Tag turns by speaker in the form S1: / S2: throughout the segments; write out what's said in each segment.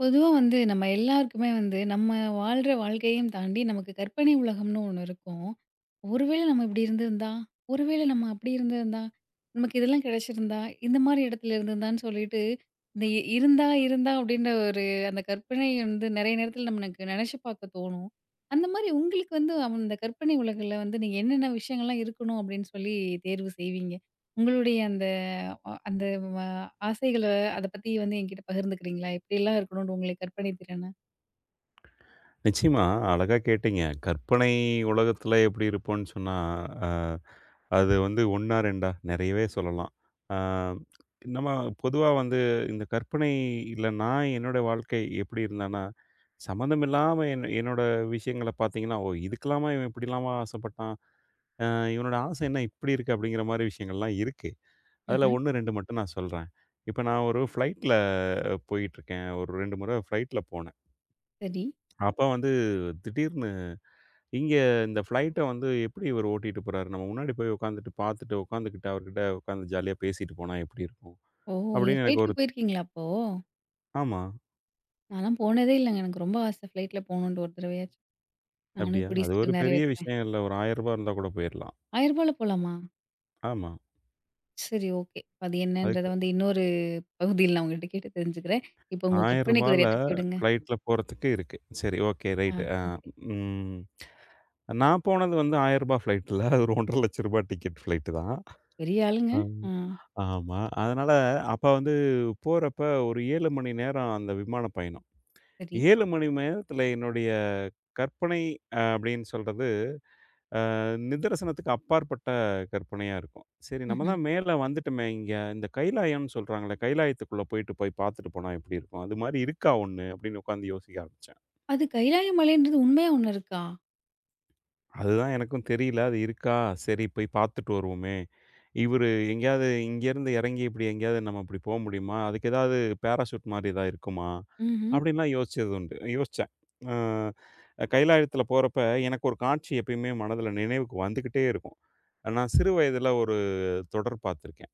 S1: பொதுவா வந்து நம்ம எல்லாருக்குமே வந்து, நம்ம வாழ்ற வாழ்க்கையும் தாண்டி நமக்கு கற்பனை உலகம்னு ஒண்ணு இருக்கும். ஒருவேளை நம்ம இப்படி இருந்திருந்தா, ஒருவேளை நம்ம அப்படி இருந்திருந்தா, நமக்கு இதெல்லாம் கிடைச்சிருந்தா, இந்த மாரி இடத்துல இருந்திருந்தான்னு சொல்லிட்டு, இந்த இருந்தா இருந்தா அப்படின்ற ஒரு அந்த கற்பனை வந்து நெறைய நேரத்துல நம்மளுக்கு நெனைச்சு பார்க்க தோணும். அந்த மாரி உங்களுக்கு வந்து அவன் அந்த கற்பனை உலகுல வந்து நீங்க என்னென்ன விஷயங்கள்லாம் இருக்கணும் அப்படின்னு சொல்லி தேர்வு செய்வீங்க? உங்களுடைய அந்த அந்த வ ஆசைகள அத பத்தி வந்து என்கிட்ட பகிர்ந்துக்கிறீங்களா? எப்படிலாம் இருக்கணும்னு உங்களுக்கு கற்பனை திறன?
S2: நிச்சயமா, அழகா கேட்டீங்க. கற்பனை உலகத்தில எப்படி இருப்போம்ன்னு சொன்னா, அ அது வந்து 1ஆ 2ஆ நெறையவே சொல்லலாம். அ நம்ம பொதுவா வந்து இந்த கற்பனை இல்ல நான் என்னோட வாழ்க்கை எப்படி இருந்தேன்னா, சம்மந்தம் இல்லாம என்னோட விஷயங்கள பார்த்தீங்கன்னா, "ஓ! இதுக்கெல்லாமா இவன் இப்படிலாமா ஆசைப்பட்டான்? இவனோட ஆசை என்ன இப்படி இருக்கு?" அப்படிங்கிற மாரி விஷயங்கள்லாம் இருக்கு. அதில
S1: ம்ஹ்ம்.
S2: 1, 2 மட்டும் நான் சொல்றேன். இப்ப நான் ஒரு ஃப்ளைட்ல போயிட்டுருக்கேன். ஒரு 2 முறை ஃப்ளைட்ல போனேன்.
S1: சரி.
S2: அப்ப வந்து திடீர்னு இங்க இந்த ஃப்ளைட்ட வந்து எப்படி இவரு ஓட்டிட்டு போறாரு? நம்ம முன்னாடி போய் உட்காந்துட்டு பார்த்துட்டு, உட்காந்துக்கிட்டு அவர்கிட்ட உட்காந்து ஜாலியா பேசிட்டு போனா எப்படி இருக்கும்?
S1: ஓ! நீங்க
S2: அப்படின்னு எனக்கு
S1: ஃப்ளைட்ல
S2: ஒரு.
S1: போயிருக்கீங்களா அப்போ?
S2: ஆமா.
S1: நான்லாம் போனதே இல்லங்க. எனக்கு ரொம்ப ஆசை ஃப்ளைட்ல போகணுன்ட்டு ஒரு தடவையாச்சும். நானும்
S2: அப்படியா?
S1: கூடிய
S2: அது ஒரு
S1: சீக்கிரம்
S2: பெரிய
S1: நிறைவேத்துறேன்.
S2: விஷயம் இல்ல. ஒரு ரூ. 1000 இருந்தா கூட போயிரலாம்.
S1: ரூ. 1000ல போலாமா?
S2: ஆமா.
S1: சரி, ஓகே. அது என்னன்றத
S2: அதுக்கு ரூ.
S1: வந்து இன்னொரு பகுதியில் நான் உங்ககிட்ட கேட்டு தெரிஞ்சுக்கிறேன். இப்போ உங்க கற்பனை
S2: 1000ல
S1: குதிரைய தட்டி விடுங்க.
S2: ஃப்ளைட்ல போறதுக்கு இருக்கு. சரி, ஓகே,
S1: ஆ,
S2: ரைட்.
S1: ஓகே.
S2: ம். நான் போனது வந்து ரூ. 1000 ஃப்ளைட்ல. அது ஒரு ரூ. 1,50,000 டிக்கெட் ஃப்ளைட் தான்.
S1: பெரிய ஆளுங்க.
S2: அம்,
S1: ஆ,
S2: ஆமா. அதனால அப்ப வந்து போறப்ப ஒரு 7 மணி நேரம் அந்த விமான பயணம்.
S1: சரி.
S2: 7 மணி நேரத்தில என்னுடைய கற்பனை அப்படின்னு சொல்றது, நிதர்சனத்துக்கு அப்பாற்பட்ட கற்பனையா இருக்கும். சரி நம்ம
S1: ம்ஹ்ம்.
S2: தான் மேல வந்துட்டோமே இங்க, இந்த கைலாயம்னு சொல்றாங்கல்ல, கைலாயத்துக்குள்ள போயிட்டு போய் பார்த்துட்டு போனா எப்படி இருக்கும்? அது மாரி இருக்கா ஒண்ணு? அப்படின்னு உட்காந்து யோசிக்க ஆரம்பிச்சேன்.
S1: அது கைலாய மலைன்றது உண்மையா ஒண்ணு இருக்கா?
S2: அதுதான் எனக்கும் தெரியல. அது இருக்கா? சரி போய் பார்த்துட்டு வருவோமே! இவரு எங்கேயாவது இங்கேருந்து இறங்கி இப்படி எங்கேயாவது நம்ம இப்படி போ முடியுமா? அதுக்கு ஏதாவது பேராசூட் மாரி ஏதாவது இருக்குமா?
S1: ம்ஹ்ம்.
S2: அப்படின்லாம் யோசிச்சது உண்டு. யோசிச்சேன். அ கைலாயத்தில போறப்ப எனக்கு ஒரு காட்சி எப்பயுமே மனதில நினைவுக்கு வந்துக்கிட்டே இருக்கும். நான் சிறு வயதில ஒரு தொடர் பார்த்துருக்கேன்.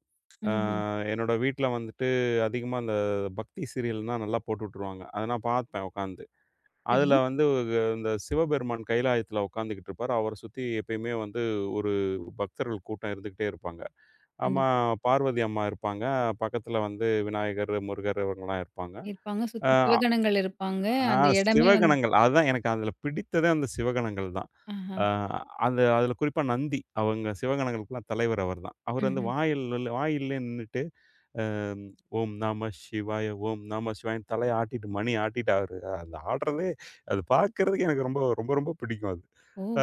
S2: அ
S1: ம்ஹ்ம்.
S2: என்னோட வீட்ல வந்துட்டு அதிகமா அந்த பக்தி சீரியல்னா நல்லா போட்டு விட்டுருவாங்க. அத நான் பார்ப்பேன் உட்காந்து.
S1: சரி.
S2: அதில வந்து இந்த சிவபெருமான் கைலாயத்தில உட்காந்துக்கிட்டு இருப்பாரு. அவர சுத்தி எப்பயுமே வந்து ஒரு பக்தர்கள் கூட்டம் இருந்துகிட்டே இருப்பாங்க. அம்மா
S1: கண்டிப்பா.
S2: பார்வதி அம்மா இருப்பாங்க. பக்கத்தில வந்து விநாயகர், முருகர் இவங்கலாம் இருப்பாங்க.
S1: இருப்பாங்க. சுத்தி
S2: அ
S1: சிவகணங்கள் இருப்பாங்க.
S2: ஆ
S1: அந்த இடமே வந்து
S2: சிவகணங்கள் அதுதான் எனக்கு அதில பிடித்ததே அந்த சிவகணங்கள் தான்.
S1: ஆஹா.
S2: அ அந்த அதில குறிப்பா நந்தி. அவங்க சிவகணங்களுக்கெல்லாம் தலைவர் அவர்தான். அவர் வந்து
S1: ம்ஹ்ம்.
S2: வாயில்லயே நின்னுட்டு அம், ஓம் நம சிவாய ஓம் நம சிவாயன்னு தலைய ஆட்டிட்டு மணி ஆட்டிட்டாரு. அந்த ஆடுறதே அது பார்க்கறதுக்கு எனக்கு ரொம்ப ரொம்ப ரொம்ப பிடிக்கும் அது.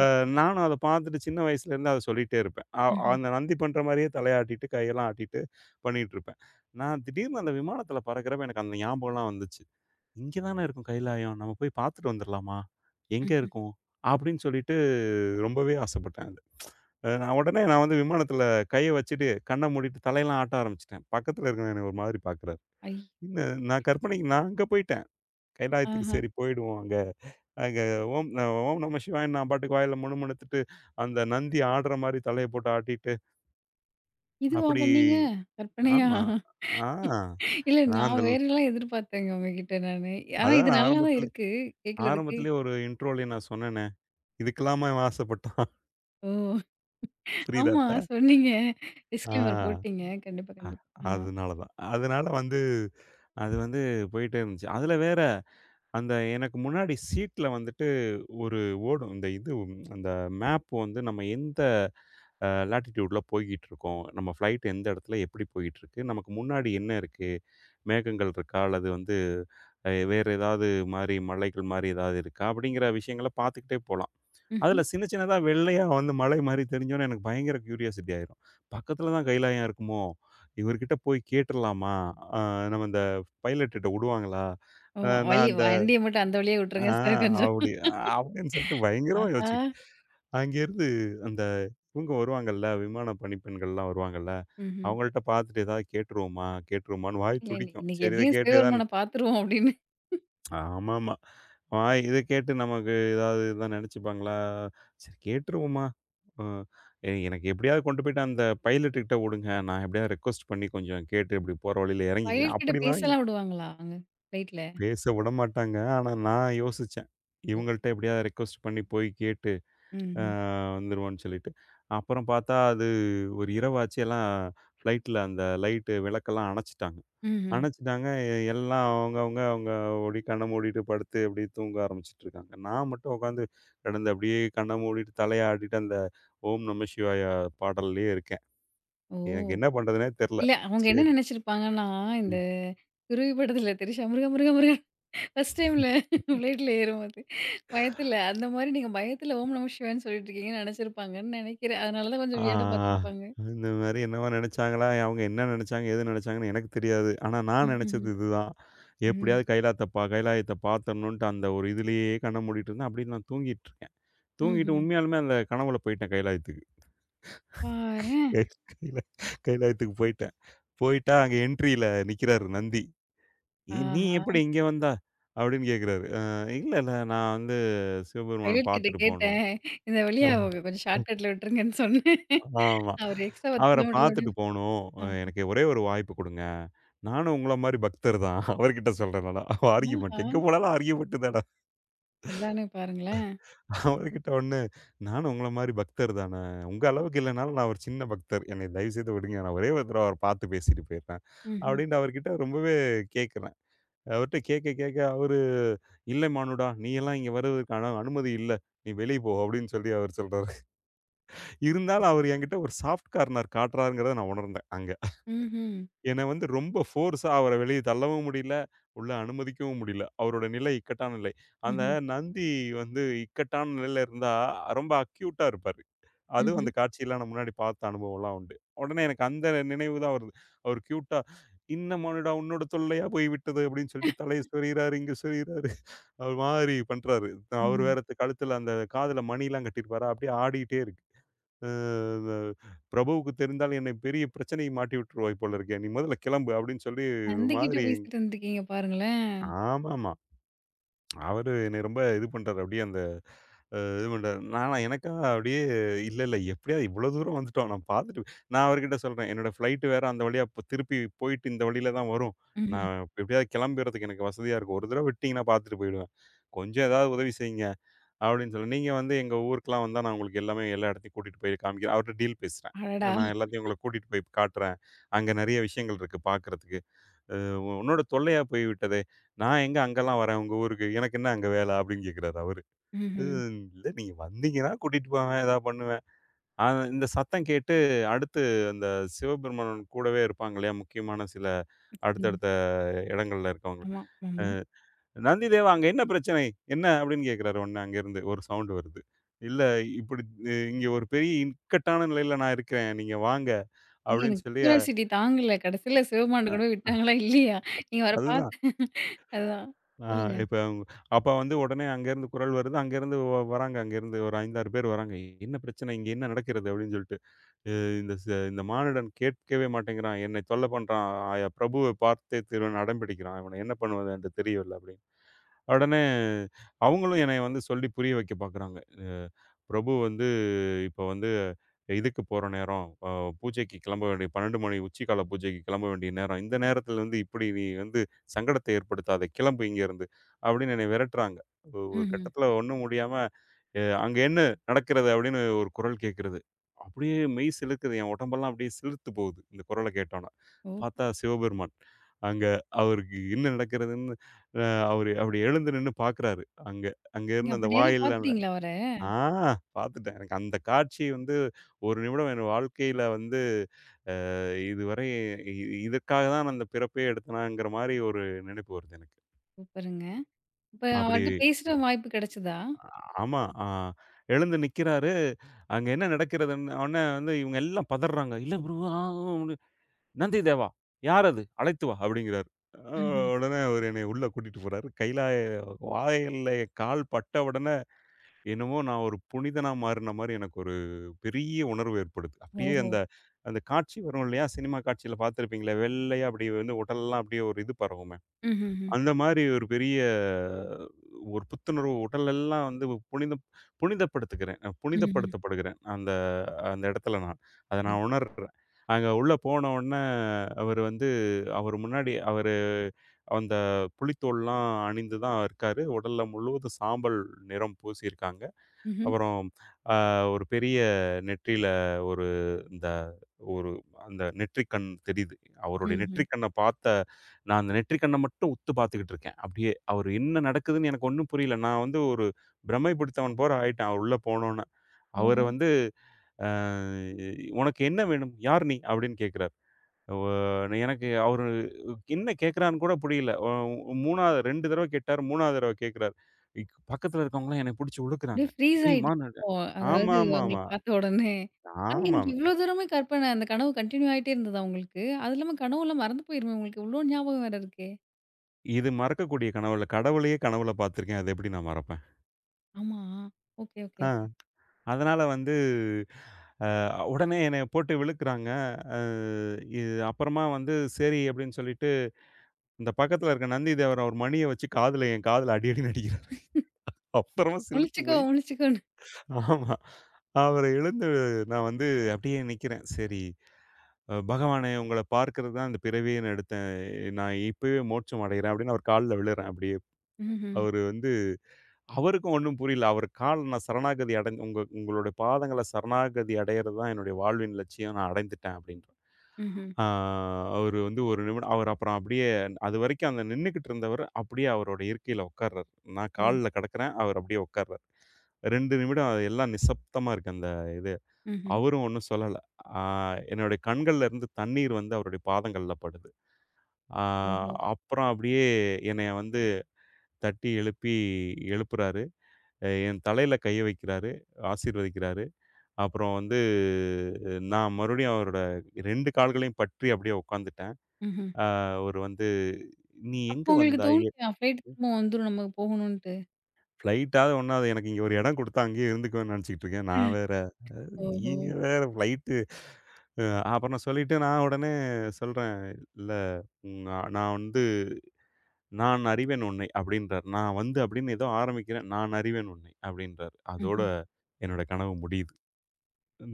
S2: அ நானும் அத பார்த்துட்டு சின்ன வயசுலேருந்து அத சொல்லிட்டே இருப்பேன்.
S1: ம்ஹ்ம்.
S2: அந்த நந்தி பண்ற மாரியே தலையாட்டிட்டு, கையெல்லாம் ஆட்டிட்டு பண்ணிட்டுருப்பேன். நான் திடீர்னு அந்த விமானத்தில பறக்கிறப்ப எனக்கு அந்த ஞாபகம்லாம் வந்துச்சு. "இங்க தானே இருக்கும் கைலாயம். நம்ம போய் பார்த்துட்டு வந்துரலாமா? எங்க
S1: ம்ஹ்ம்.
S2: இருக்கும்?" அப்படின்னு சொல்லிட்டு ரொம்பவே ஆசைப்பட்டேன் அது. நான் உடனே வந்து விமானத்தில கைய வச்சுட்டு, கண்ண மூடிட்டு தலையெல்லாம் ஆட்ட ஆரம்பிச்சுட்டேன். பக்கத்தில இருக்கிறவன் என்னைய ஒரு மாதிரி பார்க்குறாரு.
S1: ஐ!
S2: இல்ல. நான் கற்பனைக்கு நான் அங்க போயிட்டேன். கைலாயத்துக்கு
S1: ஆஹா.
S2: சரி போயிடுவோம் அங்க. அங்க ஓம் நம சிவாயன்னு நான் பாட்டுக்கு வாயில முணுமுணுத்துட்டு, அந்த நந்தி ஆடுற மாரி தலைய போட்டு ஆட்டிட்டு,
S1: இதுவா
S2: அப்படி
S1: பண்ணீங்க? கற்பனையா?
S2: ஆமா. ஆ.
S1: இல்ல
S2: நான் அந்த
S1: நான்
S2: ல்-
S1: வேறலாம் எதிர்பார்த்தேங்க உங்ககிட்ட நானு. ஆனா
S2: அதான்
S1: இது
S2: நான்
S1: நல்லா தான்
S2: ஆரம்பத்திலே
S1: இருக்கு கேட்கறதுக்கு.
S2: ஆரம்பத்திலே ஒரு இன்ட்ரோலயே நான் சொன்னேனே. இதுக்கெல்லாமா இவன் ஆசைப்பட்டான்.
S1: ஓ!
S2: புரியுதா
S1: ஆமா,
S2: இப்ப?
S1: சொன்னீங்க. டிஸ்க்ளைமர்
S2: ஆ.
S1: போட்டீங்க. கண்டிப்பா,
S2: அ
S1: கண்டிப்பா. ஆமா.
S2: அதனால தான். அதனால வந்து அது வந்து போயிட்டே இருந்துச்சு. அதுல வேற அந்த எனக்கு முன்னாடி சீட்ல வந்துட்டு ஒரு ஓடும். அந்த மேப் வந்து நம்ம எந்த லேட்டிட்யூட்ல போய்க்கிட்டு இருக்கோம். நம்ம ஃப்ளைட் எந்த இடத்துல எப்படி போயிட்டுருக்கு? நமக்கு முன்னாடி என்ன இருக்கு? மேகங்கள் இருக்கா? அல்லது வந்து வேற ஏதாவது மாரி மலைகள் மாரி ஏதாவது இருக்கா? அப்படிங்கிற விஷயங்கள பார்த்துக்கிட்டே போலாம்.
S1: ம்ஹ்ம்.
S2: அதுல சின்ன சின்னதா வெள்ளையா வந்து மலை மாரி தெரிஞ்சோனே எனக்கு பயங்கர கியூரியாசிட்டி ஆயிரும். பக்கத்துல தான் கைலாயம் இருக்குமோ? இவர்கிட்ட போய் கேட்டுறலாமா? அ நம்ம இந்த பைலட் கிட்ட விடுவாங்களா?
S1: ஓ!
S2: அ
S1: வழி
S2: நான் அந்த
S1: வண்டிய மட்டும் அந்த வழியா
S2: ஆ
S1: விட்டுருங்க சார் கொஞ்சம்.
S2: அப்படி அப்படின்னு சொல்லிட்டு பயங்கரமா
S1: ஆஹா!
S2: யோசிச்சுக்கிட்டு, அங்கேருந்து அந்த இவங்க வருவாங்கல்ல, விமான பணிப்பெண்கள்லாம் வருவாங்கல்ல,
S1: ம்ஹ்ம்.
S2: அவங்கள்ட்ட பார்த்துட்டு ஏதாவது கேட்டுருவோமா? கேட்டுருவோமான்னு வாய்
S1: இல்ல, இன்னை
S2: துடிக்கும்.
S1: இன்னைக்கு
S2: சரி இத
S1: எப்படியும்
S2: கேட்டு தான்
S1: சிவபெருமான பார்த்துருவோம் அப்படின்னு
S2: ஆமாமா. வாய் இத கேட்டு நமக்கு ஏதாவது இதான் நினச்சுப்பாங்களா? சரி கேட்டுருவோமா? அ எனக்கு எப்படியாவது கொண்டு போயிட்டு அந்த பைலட் கிட்ட விடுங்க. நான் எப்படியாவது ரெக்வெஸ்ட் பண்ணி கொஞ்சம் கேட்டு இப்படி போற வழியில இறங்கிக்கிறேன்.
S1: பைலட் கிட்ட
S2: அப்படிலாம்
S1: பேசலாம், விடுவாங்களா அங்க ஃப்ளைட்ல?
S2: பேச விடமாட்டாங்க. ஆனா நான் யோசிச்சேன். இவங்கள்ட்ட எப்படியாவது ரெக்வெஸ்ட் பண்ணி போய் கேட்டு அ
S1: ம்ஹ்ம்.
S2: வந்துருவோன்னு சொல்லிட்டு. அப்புறம் பார்த்தா அது ஒரு இரவாச்சு எல்லாம் ஃப்ளைட்ல அந்த லைட்டு விளக்கெல்லாம் அணச்சுட்டாங்க.
S1: ம்ஹ்ம்.
S2: அணச்சுட்டாங்க எல்லாம் அவங்கவங்க அவங்க அவங்க ஓடி கண்ண மூடிட்டு படுத்து அப்படியே தூங்க ஆரம்பிச்சுட்டுருக்காங்க. நான் மட்டும் உட்காந்து கிடந்து அப்படியே கண்ண மூடிட்டு தலையாட்டிட்டு அந்த ஓம் நம சிவாயா பாடல்லேயே இருக்கேன். எனக்கு
S1: ஓ!
S2: என்ன பண்ணுறதுன்னே தெரில.
S1: இல்ல. அவங்க என்ன
S2: சரி.
S1: நெனச்சிருப்பாங்கன்னா, இந்த
S2: ம்.
S1: துருவி படத்துல திரிஷா "முருகா, முருகா, முருகா" ஃபர்ஸ்ட் டைம்ல ஃப்ளைட்ல ஏறும்போது, பயத்துல அந்த மாரி நீங்க பயத்துல "ஓம் நம சிவாயன்னு" சொல்லிட்டு இருக்கீங்கன்னு நெனச்சிருப்பாங்கன்னு நெனைக்கிறேன். அதனால தான் கொஞ்சம் வியர்டா
S2: ஆ.
S1: பார்த்துருப்பாங்க.
S2: இந்த மாரி என்னவோ நெனச்சாங்களா? அவங்க என்ன நெனச்சாங்க? ஏது நெனச்சாங்கன்னு எனக்கு தெரியாது. ஆனா நான்
S1: ம்ஹ்ம்.
S2: நெனச்சது இதுதான்.
S1: ம்.
S2: எப்படியாவது கைலாத்த பா கைலாயத்த பாத்தரணுன்ட்டு அந்த ஒரு இதுலயே கண்ண மூடிட்டு இருந்தேன். அப்படியே நான் தூங்கிட்டுருக்கேன். தூங்கிட்டு
S1: ம்ஹ்ம்.
S2: உண்மையாலுமே அந்த கனவுல போயிட்டேன் கைலாயத்துக்கு.
S1: பாரேன்.
S2: கை கைல கைலாயத்துக்கு போயிட்டேன். போயிட்டா அங்க என்ட்ரியில நிக்கிறாரு நந்தி. "ஏ நீ
S1: ஆஹா!
S2: எப்படி இங்க வந்த?" அப்படின்னு கேட்கிறாரு. இல்ல, இல்ல. நான் வந்து சிவபெருமான
S1: பைலட் கிட்ட
S2: பாத்துட்டு போனோம்."
S1: கேட்டேன். இந்த வழியா
S2: ஆ.
S1: அவங்க கொஞ்சம் ஷார்ட்கட்ல விட்டுருங்கன்னு சொன்னேன்.
S2: ஆமா.
S1: அவரு எக்ஸ்ட்ரா 10
S2: அவர
S1: கிலோமீட்டர் அப்படியே
S2: பார்த்துட்டு போணும்.
S1: அ
S2: எனக்கு ஒரே ஒரு வாய்ப்பு குடுங்க. நானும் உங்கள மாரி பக்தர் தான். அவர்கிட்ட சொல்றேன் நானு. ஆர்கியுமென்ட்
S1: ஆஹா!
S2: எங்க போனாலும் ஆர்கியுமென்ட் தான.
S1: அதானே பாருங்களேன்.
S2: அவர்கிட்ட ஒண்ணு நானும் உங்கள மாரி பக்தர் தானே. உங்க அளவுக்கு இல்லனாலும் நான் ஒரு சின்ன பக்தர். என்னை தயவு செய்து விடுங்க. நான் ஒரே ஒரு தடவ அவர பார்த்து பேசிட்டு போயிடுறேன்.
S1: ம்ஹ்ம்.
S2: அப்டின்ட்டு அவர்கிட்ட ரொம்பவே கேட்குறேன். அவர்ட்ட கேட்க கேட்க அவரு, "இல்ல மானுடா, நீ எல்லாம் இங்க வருவதற்கான அனுமதி இல்ல. நீ வெளிய போ" அப்டின்னு சொல்லி அவர் சொல்றாரு. இருந்தாலும் அவர் என்கிட்ட ஒரு சாஃப்ட் கார்னர் காட்டுறாருங்கிறத நான் உணர்ந்தேன் அங்க.
S1: ம்ஹ்ம்.
S2: என்ன வந்து ரொம்ப ஃபோர்ஸா அவர வெளிய தள்ளவும் முடியல, உள்ள அனுமதிக்கவும் முடியல. அவரோட நிலை இக்கட்டான நிலை. அந்த
S1: ம்ஹ்ம்.
S2: நந்தி வந்து இக்கட்டான நிலையில இருந்தா ரொம்ப அக்யூட்டா இருப்பாரு. அதுவும்
S1: ம்ஹ்ம்.
S2: அந்த காட்சியெல்லாம் நான் முன்னாடி பார்த்த அனுபவம்லாம் உண்டு. உடனே எனக்கு அந்த நினைவு தான் வருது. அவர் கியூட்டா, "இன்னமானுடா உன்னோட தொல்லையா போய் விட்டது" அப்படின்னு சொல்லிட்டு தலைய சொறியிறாரு, இங்க சொறியிறாரு. ஒரு மாரி பண்றாரு. அவர்
S1: ம்ஹ்ம்.
S2: வேற கழுத்துல அந்த காதுல மணிலாம் கட்டியிருப்பாரா, அப்படியே ஆடிட்டே இருக்கு. அ வ பிரபுவுக்கு தெரிந்தால் என்னை பெரிய பிரச்சனையை மாட்டி விட்டுருவாய் போல இருக்கே! நீ முதல்ல கிளம்பு அப்படின்னு சொல்லி
S1: நந்திகிட்ட
S2: மாதிரி
S1: பேசிட்டு இருந்திருக்கீங்க பாருங்களேன்.
S2: ஆமாமா. அவரு என்னை ரொம்ப இது பண்றாரு. அப்படியே அந்த இது பண்றாரு. நானா எனக்கா அப்படியே இல்ல, இல்ல எப்படியாவது இவ்வளோ தூரம் வந்துட்டோம். நான் பார்த்துட்டு நான் அவர்கிட்ட சொல்றேன். என்னோட ஃப்ளைட் வேற அந்த வழியா திருப்பி போயிட்டு இந்த வழியில தான் வரும்.
S1: ம்ஹ்ம்.
S2: நான் இப்ப எப்படியாவது கிளம்பிறதுக்கு எனக்கு வசதியா இருக்கும். ஒரு தடவ விட்டீங்கன்னா பார்த்துட்டு போயிடுவேன். கொஞ்சம் ஏதாவது உதவி செய்யுங்க. அப்படின்னு சொல்லி, நீங்க வந்து எங்க ஊருக்குலாம் வந்தா நான் உங்களுக்கு எல்லாமே எல்லா இடத்தையும் கூட்டிட்டு போய் காமிக்கிறேன். அவர்ட்ட டீல் பேசுறேன்.
S1: அடடா!
S2: நான் எல்லாத்தையும் உங்கள கூட்டிட்டு போய் காட்டுறேன். அங்க நிறைய விஷயங்கள் இருக்கு பார்க்கறதுக்கு. அ உன்னோட தொல்லையா போய் விட்டதே. நான் எங்க அங்கலாம் வரேன் உங்க ஊருக்கு. எனக்கு என்ன அங்க வேலை அப்படின்னு கேட்கிறாரு அவரு.
S1: ம்ஹ்ம்.
S2: ம். இல்ல நீங்க வந்தீங்கன்னா கூட்டிட்டு போவேன். ஏதாவது பண்ணுவேன். ஆ இந்த சத்தம் கேட்டு அடுத்து அந்த சிவபெருமான் கூடவே இருப்பாங்க இல்லையா? முக்கியமான சில
S1: ம்.
S2: அடுத்தடுத்த இடங்கள்ல இருக்கவங்க.
S1: ஆமா,
S2: அ
S1: ஆமா.
S2: "நந்திதேவா அங்க என்ன பிரச்சனை? என்ன?" அப்படின்னு கேட்கிறாரு உடனே அங்கேருந்து ஒரு சவுண்ட் வருது. "இல்ல இப்படி இங்க ஒரு பெரிய இக்கட்டான நிலையில நான் இருக்கிறேன். நீங்க வாங்க."
S1: ஏங்க
S2: அப்படின்னு
S1: எனக்கு
S2: சொல்லி
S1: கியூரியாசிட்டி தாங்கல. கடைசில சிவபெருமான்ட்ட கொண்டு போய் விட்டாங்களா? இல்லையா? நீங்க அவர
S2: அதுதான்.
S1: பாத்து அதுதான்.
S2: ஆ
S1: சொல்லுங்க.
S2: இப்ப அவங்க- அப்ப வந்து உடனே அங்கேருந்து குரல் வருது. அங்கேருந்து வராங்க. அங்கேருந்து ஒரு 5, 6 பேர் வராங்க. "என்ன பிரச்சனை? இங்க என்ன நடக்கிறது?" அப்படின்னு சொல்லிட்டு. அ இந்த மானிடன் கேட்கவே மாட்டேங்கிறான். என்னை தொல்ல பண்றான். ஆய பிரபுவை பார்த்தே திரு அடம் பிடிக்கிறான். இவன என்ன பண்ணுவது என்று தெரியவில்லை அப்படின்னு. உடனே அவங்களும் என்னைய வந்து சொல்லி புரிய வைக்க பார்க்குறாங்க. அ பிரபு வந்து இப்ப வந்து இதுக்கு போற நேரம், பூஜைக்கு கிளம்ப வேண்டிய 12 மணி உச்சிக்கால பூஜைக்கு கிளம்ப வேண்டிய நேரம். இந்த நேரத்துல வந்து இப்படி நீ வந்து சங்கடத்தை ஏற்படுத்தாத. கிளம்பு இங்கேருந்து. அப்படின்னு என்னை விரட்டுறாங்க. ஒரு
S1: ம்ஹ்ம்.
S2: கட்டத்துல ஒண்ணும் முடியாம, அங்க என்ன நடக்கிறது? அப்படின்னு ஒரு குரல் கேட்கிறது. அப்படியே மெய் சிலுக்குது. என் உடம்பெல்லாம் அப்படியே சிலிர்த்து போகுது. இந்த குரல கேட்டோனே.
S1: ஓ!
S2: பார்த்தா சிவபெருமான். அங்க அவருக்கு என்ன நடக்கிறதுன்னு, அ அவரு அப்படி எழுந்து நின்னு பார்க்குறாரு. அங்க அங்க
S1: நீங்க
S2: இருந்த
S1: அப்ப
S2: அந்த
S1: நேர்ல
S2: வாயில்ல
S1: பாத்துட்டீங்களா அவர?
S2: ஆ பார்த்துட்டேன். எனக்கு அந்த காட்சி வந்து 1 நிமிடம் என் வாழ்க்கையில வந்து அ இதுவரை இ இதற்காக தான் நான் இந்த பிறப்பே எடுத்தனாங்கிற மாரி ஒரு நினைப்பு வருது எனக்கு.
S1: சூப்பருங்க. இப்ப
S2: அப்படி
S1: அவர்ட்ட பேசுற வாய்ப்பு கிடைச்சதா?
S2: ஆ- ஆமா. எழுந்து நிக்கிறாரு. அங்க என்ன நடக்கிறதுன்னு உடனே வந்து இவங்க எல்லாம் பதர்றாங்க. "இல்ல ப்ரோ ஆ உ நந்தி தேவா! யார் அது? அழைத்து வா!" அப்படிங்கிறாரு. அ
S1: ம்ஹ்ம்.
S2: உடனே அவரு என்னைய உள்ள கூட்டிட்டு போறாரு. கைலாய வாயில்ல கால் பட்டவுடனே என்னமோ நான் ஒரு புனிதனா மாறுன மாரி எனக்கு ஒரு பெரிய உணர்வு ஏற்படுது. அப்படியே
S1: ஓஹோ!
S2: அந்த அந்த காட்சி வரும் இல்லையா? சினிமா காட்சியில பார்த்துருப்பீங்களே, வெள்ளையா அப்படி வந்து உடலெல்லாம் அப்படியே ஒரு இது பரவுமே.
S1: ம்ஹ்ஹ்ம்.
S2: அந்த மாரி ஒரு பெரிய ஒரு புத்துணர்வு உடலெல்லாம் வந்து புனிதம் புனிதப்படுத்துகிறேன்.
S1: ம்ஹ்ம்.
S2: புனிதப்படுத்தப்படுகிறேன். அந்த அந்த இடத்துல நான். அத
S1: சரி.
S2: நான் உணர்றேன். அங்க உள்ள போன உடனே அவரு வந்து அவர் முன்னாடி அவரு அந்த புலித்தோல்லாம் அணிந்து தான் இருக்காரு. உடல்ல முழுவதும் சாம்பல் நிறம் பூசியிருக்காங்க.
S1: ம்ஹ்ம்.
S2: அப்புறம் அ ஒரு பெரிய நெற்றியில ஒரு இந்த ஒரு அந்த நெற்றிக் கண் தெரியுது. அவருடைய
S1: ம்ஹ்ம்.
S2: நெற்றிக் கண்ண பார்த்த நான் அந்த நெற்றிக் கண்ண மட்டும் உத்து பார்த்துக்கிட்டு இருக்கேன். அப்படியே அவரு என்ன நடக்குதுன்னு எனக்கு ஒண்ணும் புரியல. நான் வந்து ஒரு பிரமை பிடித்தவன் போல ஆயிட்டேன். அவர் உள்ள போனோன. அவரு
S1: ஓஹோ!
S2: வந்து அ "உனக்கு என்ன வேணும்? யார் நீ?" அப்படின்னு கேட்கிறாரு. ஒ எனக்கு அவரு என்ன கேட்குறான்னு கூட புரியல. 3வது 2 தடவ கேட்டாரு. 3வது தடவ கேட்குறாரு. பக்கத்தில இருக்கவங்கலாம் என்னைய புடிச்சு
S1: அப்படியே
S2: உழுக்குறாங்க.
S1: ஃப்ரீஸ்
S2: இதயுமா நான்
S1: ஆயிட்டீங்களோ? அதாவது அவங்கள
S2: ஆமாமாமா.
S1: பார்த்த உடனே. ஆனா எனக்கு
S2: ஆமாமா.
S1: இவ்ளோ தூரமே கற்பனை. அந்த கனவு கன்டின்யூ ஆயிட்டே இருந்ததா உங்களுக்கு? அது இல்லாம கனவுலாம் மறந்து போயிருமே உங்களுக்கு. இவ்ளோ ஞாபகம் வேற இருக்கு.
S2: இது மறக்கக்கூடிய கனவு இல்ல. கடவுளையே கனவுல பார்த்துருக்கேன். அத எப்படி நான் மறப்பேன்?
S1: ஆமா. ஓகே, ஓகே,
S2: ஆ.
S1: ஓகே.
S2: அதனால வந்து அ உடனே என்னைய போட்டு விழுக்குறாங்க. அ இது அப்புறமா வந்து சரி அப்படின்னு சொல்லிட்டு, இந்த பக்கத்தில இருக்க நந்திதேவன் அவர் மணிய வச்சு என் காதுல அடி அடின்னு அடிக்கிறாரு. அப்புறமா செலுத்து
S1: முழிச்சுக்கோ,
S2: போய்
S1: முழிச்சுக்கோன்னு.
S2: ஆமா. அவரு எழுந்து நான் வந்து அப்படியே நிக்கிறேன். சரி, பகவானே உங்கள பார்க்கிறது தான் இந்த பிறவியே நான் எடுத்தேன். நான் இப்பவே மோட்சம் அடைகிறேன் அப்படின்னு அவர் கால்ல விழுறேன் அப்படியே.
S1: ம்ஹ்ம்.
S2: அவரு வந்து அவருக்கும் ஒண்ணும் புரியல. அவர் கால் நான் சரணாகதி அடைஞ்சு உங்களுடைய பாதங்கள சரணாகதி அடையறது தான் என்னுடைய வாழ்வின் லட்சியம். நான் அடைந்துட்டேன் அப்படின்றார்.
S1: ம்ஹ்ம்.
S2: ஆ அவரு வந்து ஒரு நிமிடம் அவர் அப்புறம் அப்படியே அதுவரைக்கும் அந்த நின்னுகிட்டு இருந்தவர் அப்படியே அவரோட இருக்கையில உட்கார்றாரு. நான்
S1: ஓ!
S2: கால்ல கிடக்கிறேன். அவர் அப்படியே உட்கார்றாரு. 2 நிமிடம் அது எல்லாம் நிசப்தமா இருக்கு அந்த இது.
S1: ம்ஹ்ம்.
S2: அவரும் ஒண்ணும் சொல்லல. ஆ என்னுடைய கண்கள்ல இருந்து தண்ணீர் வந்து அவருடைய பாதங்கள்ல படுது. ஆ
S1: ஓஹோ!
S2: அப்புறம் அப்படியே என்னைய வந்து தட்டி எழுப்பி எழுப்புறாரு. என் தலையில கைய வைக்கிறாரு, ஆசீர்வதிக்கிறாரு. அப்புறம் வந்து நான் மறுபடியும் அவரோட 2 கால்களையும் பற்றி அப்படியே உட்காந்துட்டேன்.
S1: ம்ஹ்ம்.
S2: ஆ அவரு வந்து "நீ
S1: அப்போ
S2: எங்க
S1: உங்களுக்கு
S2: வந்தாய்?
S1: தோணலையா? ஃப்ளைட் திரும்ப வந்துரும் நமக்கு போகணுன்ட்டு.
S2: ஃப்ளைட்டாவது ஒண்ணா அது எனக்கு இங்க ஒரு இடம் குடுத்தா அங்கேயே இருந்துக்குவேன்னு நெனச்சுக்கிட்டு இருக்கேன். நான் வேற,
S1: ஓஹோ!
S2: நீங்க வேற ஃப்ளைட்டு" அ அப்புறம் சொல்லிட்டு நான் உடனே சொல்றேன். ம். நான் வந்து "நான் அறிவேன் உன்னை" அப்படின்றாரு. நான் வந்து அப்படின்னு ஏதோ ஆரம்பிக்கிறேன். "நான் அறிவேன் உன்னை" அப்படின்றாரு. அதோட
S1: ம்ஹ்ம்.
S2: என்னோட கனவு முடியுது.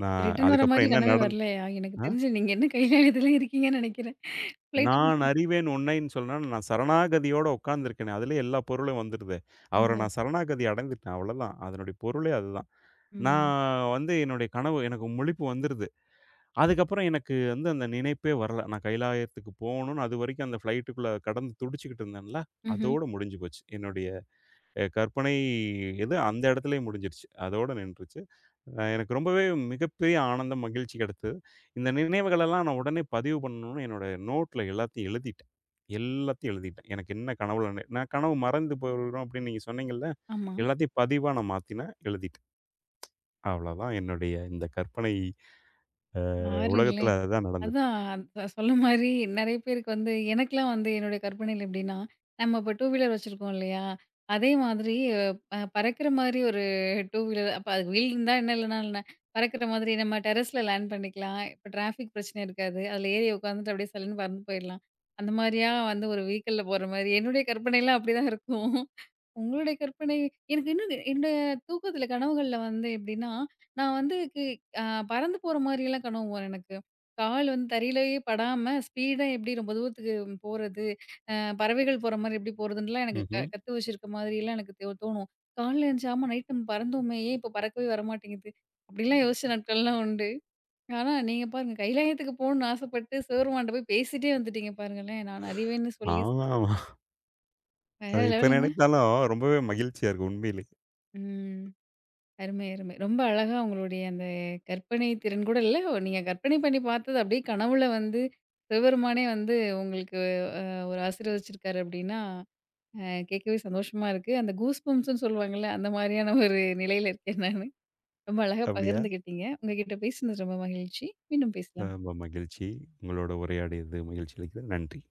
S2: நான்
S1: ரிட்டர்ன் வர மாரி
S2: அதுக்கப்புறம் என்ன
S1: கனவே
S2: நடந்
S1: வரலையா? எனக்கு
S2: அ
S1: தெரிஞ்சு நீங்க என்ன கையில இதுல இருக்கீங்கன்னு நெனைக்கிறேன். ஃப்ளைட்ட
S2: "நான்
S1: பிடிச்சு
S2: அறிவேன் உன்னைன்னு" சொன்னா நான் சரணாகதியோட உட்கார்ந்திருக்கேனே, அதிலயே எல்லா பொருளும் வந்துருதே. அவர
S1: ஓ!
S2: நான் சரணாகதி அடைந்துட்டேன் அவ்வளதான். அதனுடைய பொருளே அதுதான். நான்
S1: ம்.
S2: வந்து என்னுடைய கனவு எனக்கு முழிப்பு வந்துருது. அதுக்கப்புறம் எனக்கு வந்து அந்த நினைப்பே வரல. நான் கைலாயத்துக்கு போகணும்னு அதுவரைக்கும் அந்த ஃப்ளைட்டுக்குள்ள கடந்து துடிச்சுக்கிட்டு இருந்தேன்ல,
S1: ம்ஹ்ம்.
S2: அதோட முடிஞ்சு போச்சு என்னுடைய கற்பனை எது அந்த இடத்துலயே முடிஞ்சிருச்சு. அதோட நின்றுச்சு. எனக்கு ரொம்பவே மிகப்பெரிய ஆனந்தம், மகிழ்ச்சி கிடைத்தது. இந்த நினைவுகளெல்லாம் நான் உடனே பதிவு பண்ணணும்னு என்னோட நோட்ல எல்லாத்தையும் எழுதிட்டேன். எல்லாத்தையும் எழுதிட்டேன். எனக்கு என்ன கனவுல நான் கனவு மறந்து போயிரும் அப்படின்னு நீங்க சொன்னீங்கல்ல,
S1: ஆமா.
S2: எல்லாத்தையும் பதிவா நான் மாத்தினேன், எழுதிட்டேன். அவ்வளோதான் என்னுடைய இந்த கற்பனை அ
S1: பாருங்களேன்!
S2: உலகத்துல அதுதான் நடந்தது.
S1: அதான் சொன்ன மாரி நெறைய பேருக்கு வந்து எனக்கெல்லாம் வந்து என்னுடைய கற்பனையில எப்படின்னா, நம்ம இப்போ டூ வீலர் வச்சிருக்கோம் இல்லையா? அதே மாதிரி பறக்கிற மாரி ஒரு டூ வீலர் அப்ப அதுக்கு வீல் இருந்தா என்ன இல்லன்னா என்ன? பறக்கிற மாதிரி நம்ம டெர்ரஸ்ல லேண்ட் பண்ணிக்கலாம். இப்ப டிராஃபிக் பிரச்சனை இருக்காது. அதில ஏறி உட்காந்துட்டு அப்படியே சல்லுன்னு பறந்து போயிடலாம். அந்த மாரியா வந்து ஒரு வெஹிக்கிள்ல போற மாரி என்னுடைய கற்பனைலாம் அப்படிதான் இருக்கும். உங்களுடைய கற்பனை எனக்கு இன்னும் என்னோட தூக்கத்துல கனவுகள்ல வந்து எப்படின்னா, நான் வந்து அ பறந்து போற மாரிலாம் கனவு வரும் எனக்கு. கால் வந்து தரையிலேயே படாம ஸ்பீடா எப்படி ரொம்ப தூரத்துக்கு போறது, அ பறவைகள் போற மாரி எப்படி போறதுன்னுலாம் எனக்கு
S2: ம்ஹ்ம்.
S1: கத்து வச்சிருக்க மாதிரிலாம் எனக்கு தோணும். காலைல எந்திச்சு ஆமா நைட் நம்ம பறந்தோமே, ஏன் இப்ப பறக்கவே வரமாட்டேங்குது? அப்படிலாம் யோசிச்ச நாட்கள்லாம் உண்டு. ஆனா நீங்க பாருங்க கைலாயத்துக்கு போகணும்னு ஆசைப்பட்டு சிவபெருமான்ட்ட போய் பேசிட்டே வந்துட்டீங்க பாருங்களேன். நான் அறிவேன்னு சொல்லி
S2: ஆமாமா.
S1: வேற
S2: அது இப்ப
S1: லெவலுங்க.
S2: நினைத்தாலும் ரொம்பவே மகிழ்ச்சியா இருக்கு உண்மையிலே.
S1: ம். அருமை, அருமை. ரொம்ப அழகா உங்களுடைய அந்த கற்பனை திறன் கூட இல்ல, நீங்க கற்பனை பண்ணி பார்த்தது அப்படியே கனவுல வந்து சிவபெருமானே வந்து உங்களுக்கு ஒரு ஆசீர்வதிச்சிருக்காரு அப்படின்னா, அ கேட்கவே சந்தோஷமா இருக்கு. அந்த கூஸ் பம்ப்ஸ்ன்னு சொல்லுவாங்கல்ல, அந்த மாரியான ஒரு நிலையில இருக்கேன் நானு. ரொம்ப அழகா
S2: அப்படியா?
S1: பகிர்ந்துக்கிட்டீங்க. உங்ககிட்ட பேசினது ரொம்ப மகிழ்ச்சி. மீண்டும் பேசலாம்.
S2: ரொம்ப மகிழ்ச்சி. உங்களோட உரையாடியது மகிழ்ச்சி அளிக்கிறது. நன்றி.